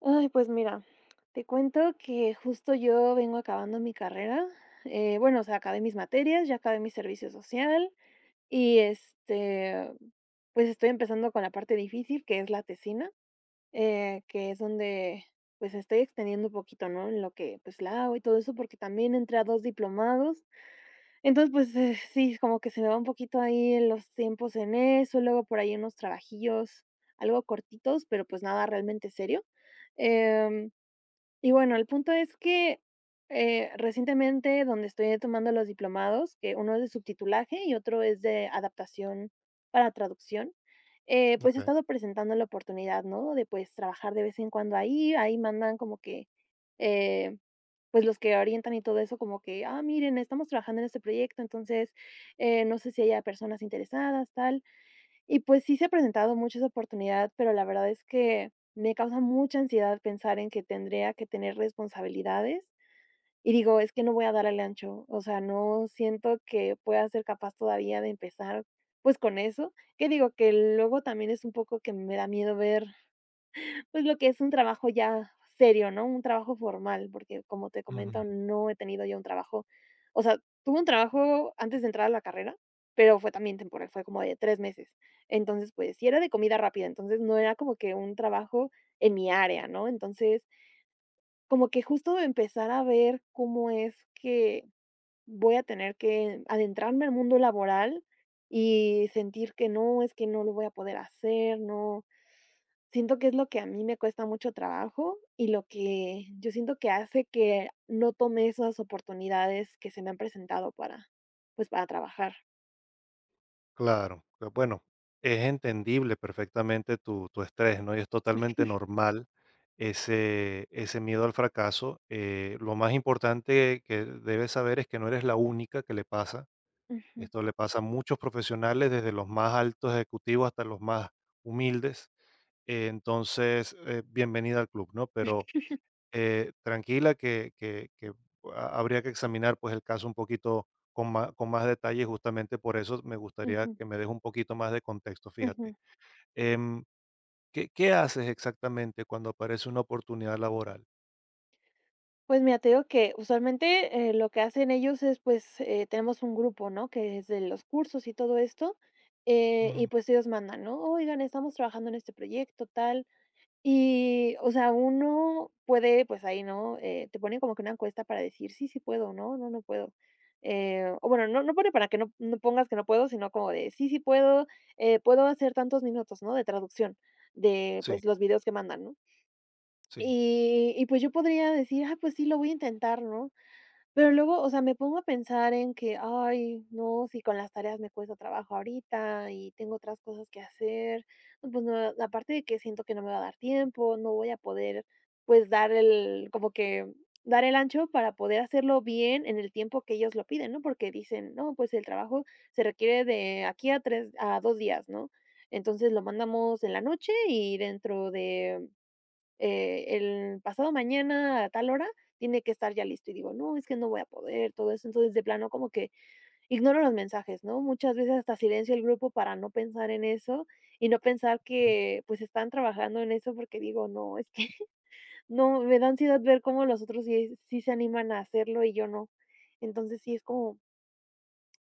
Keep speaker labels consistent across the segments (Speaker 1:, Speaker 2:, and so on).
Speaker 1: Ay, pues mira, te cuento que justo yo vengo acabando mi carrera. Bueno, o sea, acabé mis materias, ya acabé mi servicio social y este, pues estoy empezando con la parte difícil, que es la tesina, que es donde pues estoy extendiendo un poquito, ¿no? En lo que pues la hago y todo eso, porque también entré a dos diplomados. Entonces, pues sí, como que se me va un poquito ahí en los tiempos en eso, luego por ahí unos trabajillos, algo cortitos, pero pues nada realmente serio. Em, y bueno, el punto es que, recientemente, donde estoy tomando los diplomados, que uno es de subtitulaje y otro es de adaptación para traducción, pues, he
Speaker 2: Okey.
Speaker 1: estado presentando la oportunidad, ¿no?, de, pues, trabajar de vez en cuando ahí. Ahí mandan como que, eh, pues, los que orientan y todo eso, como que: "Ah, miren, estamos trabajando en este proyecto, entonces, no sé si haya personas interesadas", tal. Y pues sí se ha presentado mucho esa oportunidad, pero la verdad es que me causa mucha ansiedad pensar en que tendría que tener responsabilidades y digo, es que no voy a dar al ancho, o sea, no siento que pueda ser capaz todavía de empezar, pues, con eso, que digo que luego también es un poco que me da miedo ver pues, lo que es un trabajo ya serio, ¿no? Un trabajo formal, porque, como te
Speaker 2: Ujú.
Speaker 1: comento, no he tenido ya un trabajo, o sea, tuve un trabajo antes de entrar a la carrera, pero fue también temporal, fue como de 3 meses. Entonces, pues, sí era de comida rápida, entonces no era como que un trabajo en mi área, ¿no? Entonces, como que justo empezar a ver cómo es que voy a tener que adentrarme al mundo laboral y sentir que no, es que no lo voy a poder hacer, no. Siento que es lo que a mí me cuesta mucho trabajo y lo que yo siento que hace que no tome esas oportunidades que se me han presentado para, pues, para trabajar.
Speaker 2: Claro, bueno, es entendible perfectamente tu estrés, ¿no? Y es totalmente normal ese miedo al fracaso. Lo más importante que debes saber es que no eres la única que le pasa.
Speaker 1: Ujú,
Speaker 2: Esto le pasa a muchos profesionales, desde los más altos ejecutivos hasta los más humildes. Entonces, bienvenida al club, ¿no? Pero tranquila, que ha habría que examinar, pues, el caso un poquito con más detalle, justamente por eso me gustaría
Speaker 1: ujú,
Speaker 2: que me des un poquito más de contexto, fíjate.
Speaker 1: ujú.
Speaker 2: Em, ¿qué haces exactamente cuando aparece una oportunidad laboral?
Speaker 1: Pues mira, te digo que usualmente, lo que hacen ellos es, pues, tenemos un grupo, ¿no? Que es de los cursos y todo esto, y
Speaker 2: Ujú.
Speaker 1: pues ellos mandan, ¿no? Oigan, estamos trabajando en este proyecto, tal. Y, o sea, uno puede, pues ahí, ¿no? Te ponen como que una encuesta para decir, sí, sí puedo, no, no, no puedo. O bueno, no, no pone para que no, no pongas que no puedo, sino como de, sí, sí puedo, puedo hacer tantos minutos, ¿no? De traducción de,
Speaker 2: Sí,
Speaker 1: pues, los videos que mandan, ¿no?
Speaker 2: sí.
Speaker 1: Y pues yo podría decir, ah, pues sí, lo voy a intentar, ¿no? Pero luego, o sea, me pongo a pensar en que, ay, no, si con las tareas me cuesta trabajo ahorita y tengo otras cosas que hacer, no, pues no, aparte de que siento que no me va a dar tiempo, no voy a poder, pues dar el, como que dar el ancho para poder hacerlo bien en el tiempo que ellos lo piden, ¿no? Porque dicen, no, pues el trabajo se requiere de aquí a tres, a 2 días, ¿no? Entonces lo mandamos en la noche y dentro de el pasado mañana a tal hora tiene que estar ya listo y digo, no, es que no voy a poder, todo eso. Entonces, de plano, como que ignoro los mensajes, ¿no? Muchas veces hasta silencio el grupo para no pensar en eso y no pensar que pues están trabajando en eso porque digo, no, es que no, me da ansiedad ver cómo los otros sí, sí se animan a hacerlo y yo no. Entonces, sí es como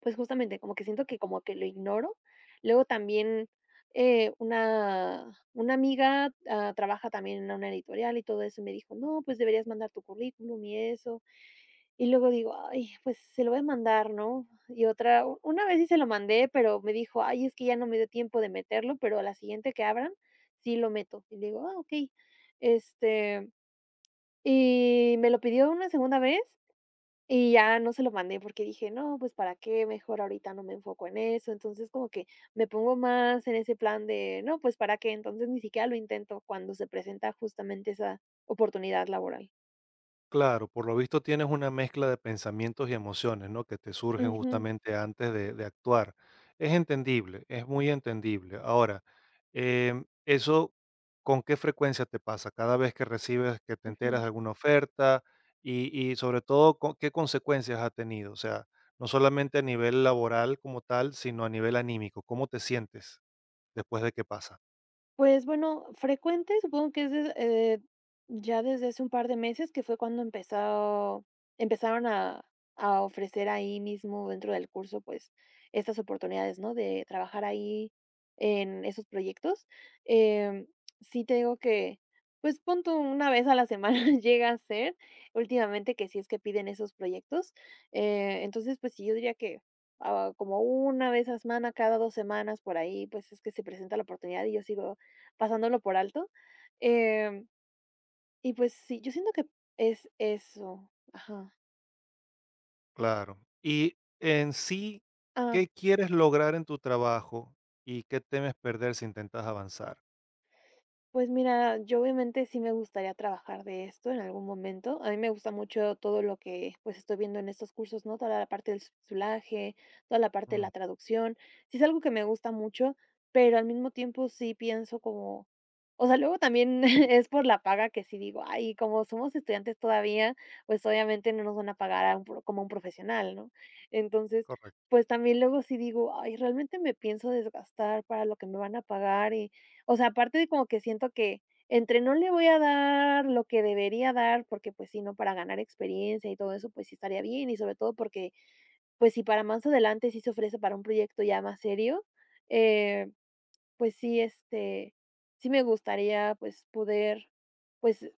Speaker 1: pues, justamente, como que siento que como que lo ignoro. Luego también, una amiga, ah, trabaja también en una editorial y todo eso, y me dijo: "No, pues, deberías mandar tu currículum y eso". Y luego digo: "Ay, pues, se lo voy a mandar", ¿no? Y otra u una vez sí se lo mandé, pero me dijo: "Ay, es que ya no me dio tiempo de meterlo, pero a la siguiente que abran, sí lo meto". Y digo: "Ah, okey". Este, y me lo pidió una segunda vez y ya no se lo mandé porque dije: "No, pues, ¿para qué? Mejor ahorita no me enfoco en eso". Entonces, como que me pongo más en ese plan de: "No, pues, ¿para qué?". Entonces, ni siquiera lo intento cuando se presenta justamente esa oportunidad laboral.
Speaker 2: Claro, por lo visto tienes una mezcla de pensamientos y emociones, ¿no? Que te surgen
Speaker 1: Ujú,
Speaker 2: justamente antes de actuar. Es entendible, es muy entendible. Ahora, ¿eso con qué frecuencia te pasa? Cada vez que recibes, que te enteras
Speaker 1: ujú.
Speaker 2: de alguna oferta y sobre todo, ¿qué consecuencias ha tenido? O sea, no solamente a nivel laboral como tal, sino a nivel anímico. ¿Cómo te sientes después de que pasa?
Speaker 1: Pues bueno, frecuente, supongo que es des ya desde hace un par de meses, que fue cuando empezó empezaron a ofrecer ahí mismo dentro del curso, pues, estas oportunidades, ¿no?, de trabajar ahí en esos proyectos. Em, sí te digo que, pues, pon tú una vez a la semana llega a ser, últimamente que si es que piden esos proyectos. Entonces, pues sí, yo diría que, ah, como una vez a semana, cada 2 semanas por ahí, pues, es que se presenta la oportunidad y yo sigo pasándolo por alto, em, y pues sí, yo siento que es eso. Ajá.
Speaker 2: Claro. Y en sí,
Speaker 1: Ah.
Speaker 2: ¿qué quieres lograr en tu trabajo y qué temes perder si intentas avanzar?
Speaker 1: Pues mira, yo obviamente sí me gustaría trabajar de esto en algún momento. A mí me gusta mucho todo lo que pues estoy viendo en estos cursos, ¿no? Toda la parte del subtitulaje, toda la parte de
Speaker 2: Mm,
Speaker 1: la traducción. Sí es algo que me gusta mucho, pero al mismo tiempo sí pienso como, o sea, luego también es por la paga que sí digo, ay, como somos estudiantes todavía, pues obviamente no nos van a pagar a un como un profesional, ¿no? Entonces,
Speaker 2: correcto,
Speaker 1: pues también luego sí digo, ay, realmente me pienso desgastar para lo que me van a pagar, o sea, aparte de como que siento que entre no le voy a dar lo que debería dar, porque, pues, sí, ¿no? Para ganar experiencia y todo eso, pues, sí estaría bien, y sobre todo porque, pues, si para más adelante sí se ofrece para un proyecto ya más serio, eh, pues sí, este, sí me gustaría, pues, poder, pues,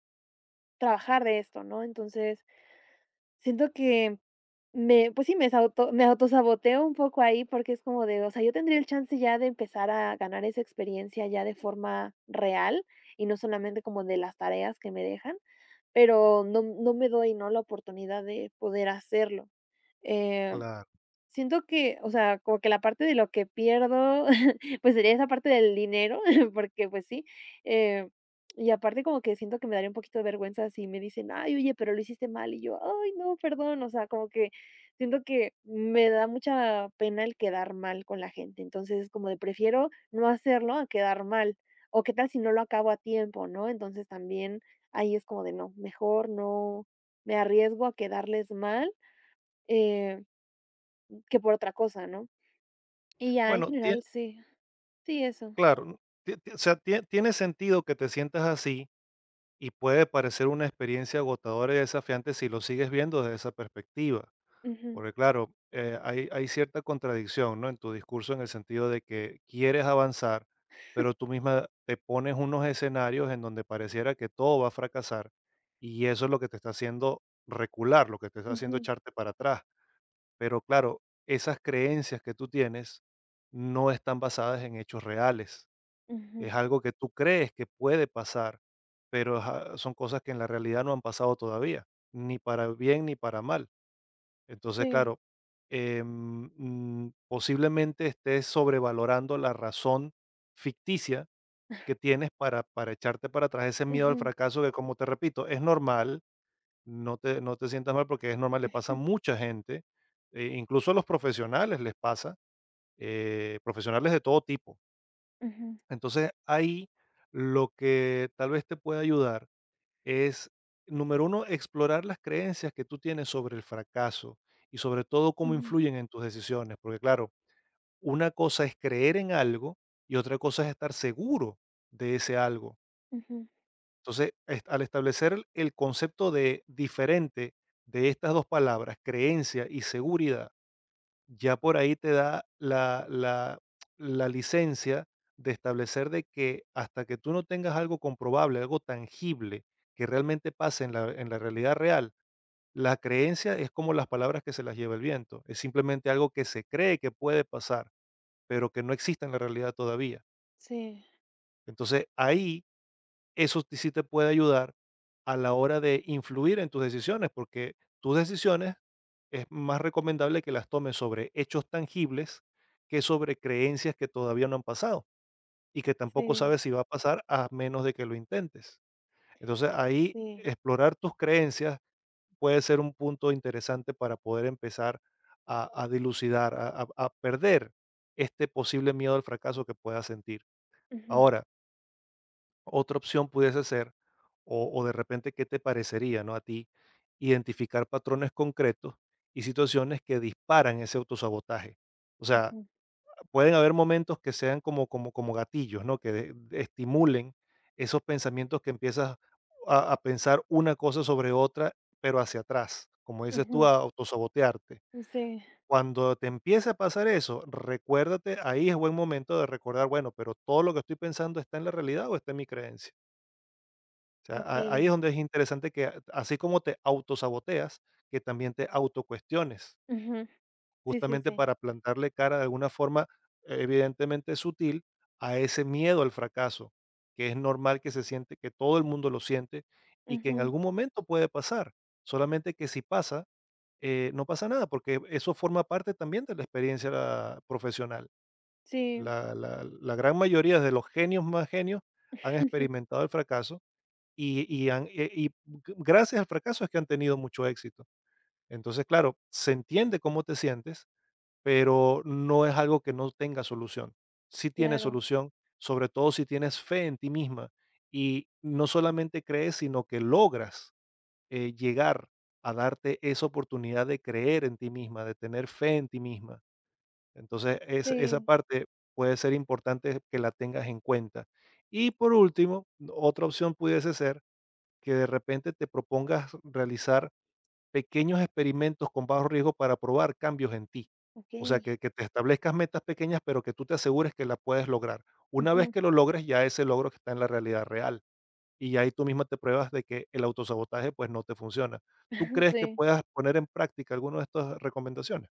Speaker 1: trabajar de esto, ¿no? Entonces, siento que me pues sí, me autosaboteo un poco ahí, porque es como de, o sea, yo tendría el chance ya de empezar a ganar esa experiencia ya de forma real, y no solamente como de las tareas que me dejan, pero no me doy, ¿no?, la oportunidad de poder hacerlo. Em
Speaker 2: claro.
Speaker 1: Siento que, o sea, como que la parte de lo que pierdo, pues, sería esa parte del dinero, porque, pues sí, eh, y aparte como que siento que me daría un poquito de vergüenza si me dicen: "Ay, oye, pero lo hiciste mal", y yo: "Ay, no, perdón", o sea, como que siento que me da mucha pena el quedar mal con la gente, entonces como de prefiero no hacerlo a quedar mal, o qué tal si no lo acabo a tiempo, ¿no? Entonces también ahí es como de no, mejor no me arriesgo a quedarles mal, eh, que por otra cosa, ¿no? Y ya en
Speaker 2: Bueno,
Speaker 1: general, sí. Sí, eso.
Speaker 2: claro, o sea, tiene sentido que te sientas así y puede parecer una experiencia agotadora y desafiante si lo sigues viendo desde esa perspectiva.
Speaker 1: Ujú,
Speaker 2: Porque claro, hay cierta contradicción, ¿no? En tu discurso en el sentido de que quieres avanzar, pero tú misma te pones unos escenarios en donde pareciera que todo va a fracasar y eso es lo que te está haciendo recular, lo que te está haciendo
Speaker 1: ujú,
Speaker 2: echarte para atrás. Pero claro, esas creencias que tú tienes no están basadas en hechos reales. Es
Speaker 1: ujú.
Speaker 2: algo que tú crees que puede pasar, pero ajá, son cosas que en la realidad no han pasado todavía, ni para bien ni para mal. Entonces,
Speaker 1: Sí.
Speaker 2: claro, mm, posiblemente estés sobrevalorando la razón ficticia que tienes para echarte para atrás ese miedo al
Speaker 1: Ujú,
Speaker 2: fracaso que, como te repito, es normal, no te sientas mal porque es normal, le pasa a
Speaker 1: ujú,
Speaker 2: mucha gente, incluso a los profesionales les pasa, profesionales de todo tipo.
Speaker 1: ujú,
Speaker 2: Entonces, ahí lo que tal vez te puede ayudar es, número uno, explorar las creencias que tú tienes sobre el fracaso y sobre todo cómo
Speaker 1: ujú,
Speaker 2: influyen en tus decisiones, porque claro, una cosa es creer en algo y otra cosa es estar seguro de ese algo.
Speaker 1: ujú.
Speaker 2: Entonces, al establecer el concepto de diferente de estas dos palabras, creencia y seguridad, ya por ahí te da la licencia de establecer de que hasta que tú no tengas algo comprobable, algo tangible que realmente pase en en la realidad real, la creencia es como las palabras que se las lleva el viento, es simplemente algo que se cree que puede pasar, pero que no existe en la realidad todavía.
Speaker 1: Sí,
Speaker 2: Entonces ahí eso sí te puede ayudar a la hora de influir en tus decisiones, porque tus decisiones es más recomendable que las tomes sobre hechos tangibles que sobre creencias que todavía no han pasado y que tampoco
Speaker 1: sí,
Speaker 2: sabes si va a pasar a menos de que lo intentes. Entonces ahí
Speaker 1: sí.
Speaker 2: explorar tus creencias puede ser un punto interesante para poder empezar a dilucidar, a perder este posible miedo al fracaso que puedas sentir.
Speaker 1: Ujú,
Speaker 2: Ahora, otra opción pudiese ser, o de repente, ¿qué te parecería, no? A ti, identificar patrones concretos y situaciones que disparan ese autosabotaje. O sea,
Speaker 1: ujú,
Speaker 2: pueden haber momentos que sean como gatillos, ¿no? Que estimulen esos pensamientos que empiezas a pensar una cosa sobre otra, pero hacia atrás, como dices tú,
Speaker 1: ujú.
Speaker 2: a autosabotearte.
Speaker 1: Sí,
Speaker 2: Cuando te empiece a pasar eso, recuérdate, ahí es buen momento de recordar, bueno, pero todo lo que estoy pensando está en la realidad o está en mi creencia sea,
Speaker 1: okey.
Speaker 2: ahí es donde es interesante que así como te autosaboteas, que también te autocuestiones,
Speaker 1: Ujú. Sí, sí,
Speaker 2: justamente
Speaker 1: sí.
Speaker 2: para plantarle cara de alguna forma evidentemente sutil a ese miedo al fracaso, que es normal que se siente, que todo el mundo lo siente y que en
Speaker 1: Ujú.
Speaker 2: algún momento puede pasar. Solamente que si pasa, no pasa nada, porque eso forma parte también de la experiencia profesional.
Speaker 1: Sí.
Speaker 2: La gran mayoría de los genios más genios han experimentado el fracaso y han y gracias al fracaso es que han tenido mucho éxito. Entonces, claro, se entiende cómo te sientes, pero no es algo que no tenga solución. Sí tiene
Speaker 1: Claro.
Speaker 2: solución, sobre todo si tienes fe en ti misma y no solamente crees, sino que logras, llegar a darte esa oportunidad de creer en ti misma, de tener fe en ti misma. Entonces, es esa
Speaker 1: Sí,
Speaker 2: parte puede ser importante que la tengas en cuenta. Y por último, otra opción pudiese ser que de repente te propongas realizar pequeños experimentos con bajo riesgo para probar cambios en ti. O sea,
Speaker 1: okey.
Speaker 2: que te establezcas metas pequeñas, pero que tú te asegures que la puedes lograr. Una vez
Speaker 1: Ujú.
Speaker 2: que lo logres, ya ese logro que está en la realidad real. Y ya ahí tú misma te pruebas de que el autosabotaje pues no te funciona. ¿Tú crees que
Speaker 1: Sí.
Speaker 2: puedas poner en práctica alguna de estas recomendaciones?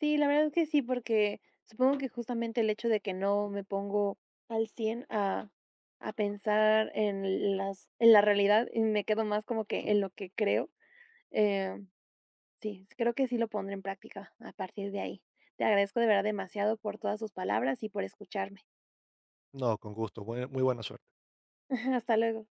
Speaker 1: Sí, la verdad es que sí, porque supongo que justamente el hecho de que no me pongo al 100 a pensar en las en la realidad y me quedo más como que en lo que creo, em, sí, creo que sí lo pondré en práctica a partir de ahí. Te agradezco de verdad demasiado por todas sus palabras y por escucharme.
Speaker 2: No, con gusto. Muy buena suerte.
Speaker 1: Hasta luego.